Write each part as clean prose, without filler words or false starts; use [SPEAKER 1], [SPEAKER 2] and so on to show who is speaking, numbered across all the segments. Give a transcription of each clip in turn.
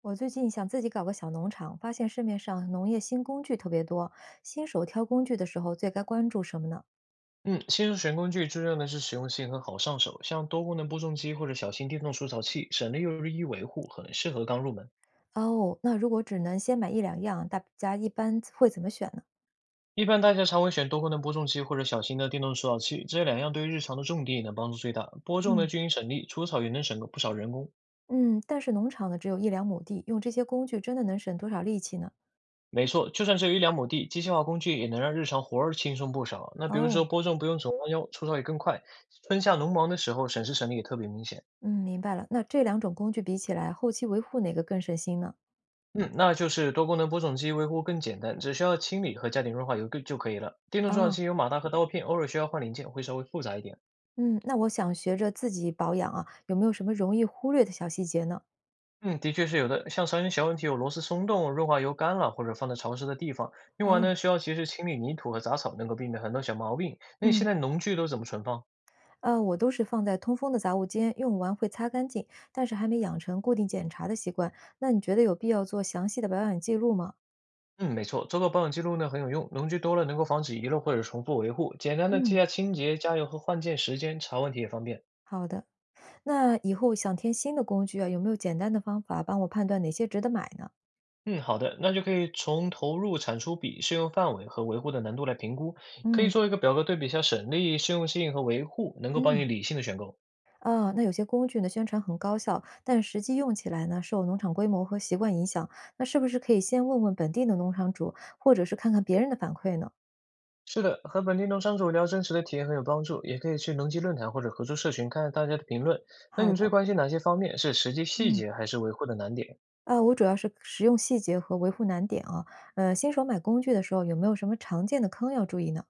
[SPEAKER 1] 我最近想自己搞个小农场，发现市面上农业新工具特别多，新手挑工具的时候最该关注什么呢？
[SPEAKER 2] 嗯，新手选工具注重的是实用性和好上手，像多功能播种机或者小型电动除草器，省力又易维护，很适合刚入门。
[SPEAKER 1] 哦，那如果只能先买一两样，大家一般会怎么选呢？
[SPEAKER 2] 一般大家常会选多功能播种机或者小型的电动除草器，这两样对于日常的种地呢帮助最大。播种呢
[SPEAKER 1] 嗯，
[SPEAKER 2] 均匀省力，除草也能省个不少人工。
[SPEAKER 1] 嗯，但是农场呢只有一两亩地，用这些工具真的能省多少力气呢？
[SPEAKER 2] 没错，就算只有一两亩地，机械化工具也能让日常活儿轻松不少。那比如说
[SPEAKER 1] 哦，
[SPEAKER 2] 播种不用总弯腰，除草也更快，春夏农忙的时候省时省力也特别明显。
[SPEAKER 1] 嗯，明白了。那这两种工具比起来，后期维护哪个更省心呢？
[SPEAKER 2] 嗯，那就是多功能播种机维护更简单，只需要清理和加点润滑油就可以了。电动种草
[SPEAKER 1] 哦，
[SPEAKER 2] 机有马达和刀片，偶尔需要换零件，会稍微复杂一点。
[SPEAKER 1] 嗯，那我想学着自己保养啊，有没有什么容易忽略的小细节呢？
[SPEAKER 2] 嗯，的确是有的，像常见小问题有螺丝松动、润滑油干了，或者放在潮湿的地方，用完
[SPEAKER 1] 哦，
[SPEAKER 2] 呢需要及时清理泥土和杂草，能够避免很多小毛病。那你现
[SPEAKER 1] 嗯。
[SPEAKER 2] 在农具都怎么存放？
[SPEAKER 1] 我都是放在通风的杂物间，用完会擦干净，但是还没养成固定检查的习惯。那你觉得有必要做详细的保养记录吗？
[SPEAKER 2] 嗯，没错，做个保养记录呢很有用，农具多了能够防止遗漏或者重复维护，简单的记
[SPEAKER 1] 嗯，
[SPEAKER 2] 下清洁、加油和换件时间，查问题也方便。
[SPEAKER 1] 好的，那以后想添新的工具啊，有没有简单的方法帮我判断哪些值得买呢？
[SPEAKER 2] 嗯，好的，那就可以从投入、产出比、适用范围和维护的难度来评估，可以
[SPEAKER 1] 嗯
[SPEAKER 2] 做一个表格对比一下省力、适用性和维护，能够帮
[SPEAKER 1] 嗯，
[SPEAKER 2] 你理性的选购。
[SPEAKER 1] 啊，那有些工具呢，宣传很高效，但实际用起来呢，受农场规模和习惯影响。那是不是可以先问问本地的农场主，或者是看看别人的反馈呢？
[SPEAKER 2] 是的，和本地农场主聊真实的体验很有帮助，也可以去农机论坛或者合作社群看看大家的评论。那
[SPEAKER 1] 好
[SPEAKER 2] 你最
[SPEAKER 1] 的，
[SPEAKER 2] 关心哪些方面？是实际细
[SPEAKER 1] 嗯。
[SPEAKER 2] 节还是维护的难点？
[SPEAKER 1] 啊，我主要是实用细节和维护难点啊。新手买工具的时候有没有什么常见的坑要注意呢？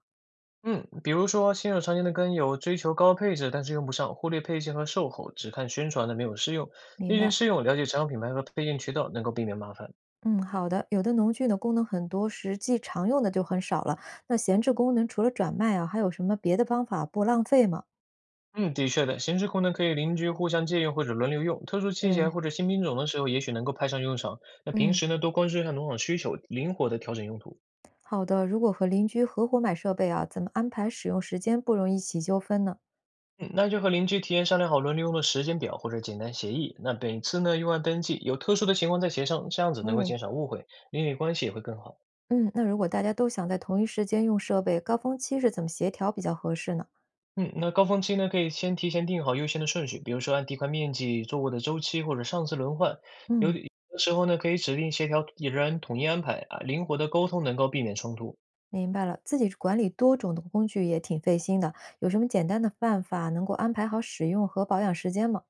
[SPEAKER 2] 嗯，比如说新手常见的跟有追求高配置但是用不上，忽略配件和售后，只看宣传的没有试用，
[SPEAKER 1] 明
[SPEAKER 2] 提前
[SPEAKER 1] 白。
[SPEAKER 2] 试用，了解常用品牌和配件渠道，能够避免麻烦。
[SPEAKER 1] 嗯，好的。有的农具呢功能很多，实际常用的就很少了。那闲置功能除了转卖啊，还有什么别的方法不浪费吗？
[SPEAKER 2] 嗯，的确的，闲置库呢可以邻居互相借用或者轮流用，特殊器材
[SPEAKER 1] 对，
[SPEAKER 2] 或者新品种的时候，也许能够派上用场。那平
[SPEAKER 1] 嗯，
[SPEAKER 2] 时呢，多关注一下农场需求，灵活的调整用途。
[SPEAKER 1] 好的。如果和邻居合伙买设备啊，怎么安排使用时间不容易起纠纷呢？
[SPEAKER 2] 嗯，那就和邻居提前商量好轮流用的时间表或者简单协议。那每次呢用完登记，有特殊的情况再协商，这样子能够
[SPEAKER 1] 哦，
[SPEAKER 2] 减少误会，邻里关系也会更好。
[SPEAKER 1] 嗯，那如果大家都想在同一时间用设备，高峰期是怎么协调比较合适呢？
[SPEAKER 2] 嗯，那高峰期呢可以先提前定好优先的顺序，比如说按地块面积、作物的周期或者上次轮换。有
[SPEAKER 1] 嗯。
[SPEAKER 2] 的有的时候呢可以指定协调人统一安排啊，灵活的沟通能够避免冲突。
[SPEAKER 1] 明白了，自己管理多种的工具也挺费心的，有什么简单的办法能够安排好使用和保养时间吗？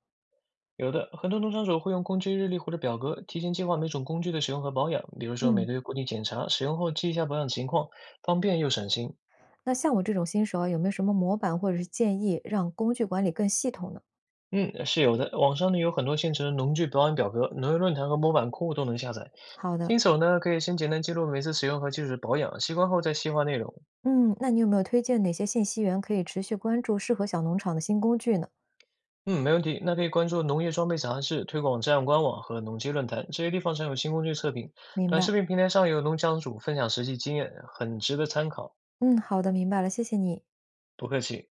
[SPEAKER 2] 有的，很多农场主会用工具日历或者表格提前计划每种工具的使用和保养，比如说每
[SPEAKER 1] 嗯，
[SPEAKER 2] 个月固定检查，使用后记一下保养情况，方便又省心。
[SPEAKER 1] 那像我这种新手啊，有没有什么模板或者是建议，让工具管理更系统呢？
[SPEAKER 2] 嗯，是有的，网上呢有很多现成的农具保养表格，农业论坛和模板库都能下载。
[SPEAKER 1] 好的，
[SPEAKER 2] 新手呢可以先简单记录每次使用和基础保养，习惯后再细化内容。
[SPEAKER 1] 嗯，那你有没有推荐哪些信息源可以持续关注适合小农场的新工具呢？
[SPEAKER 2] 嗯，没问题。那可以关注农业装备杂志推广站官网和农机论坛，这些地方常有新工具测评。
[SPEAKER 1] 明
[SPEAKER 2] 短
[SPEAKER 1] 白，
[SPEAKER 2] 视频平台上有农场主分享实际经验，很值得参考。
[SPEAKER 1] 嗯，好的，明白了，谢谢你。
[SPEAKER 2] 不客气。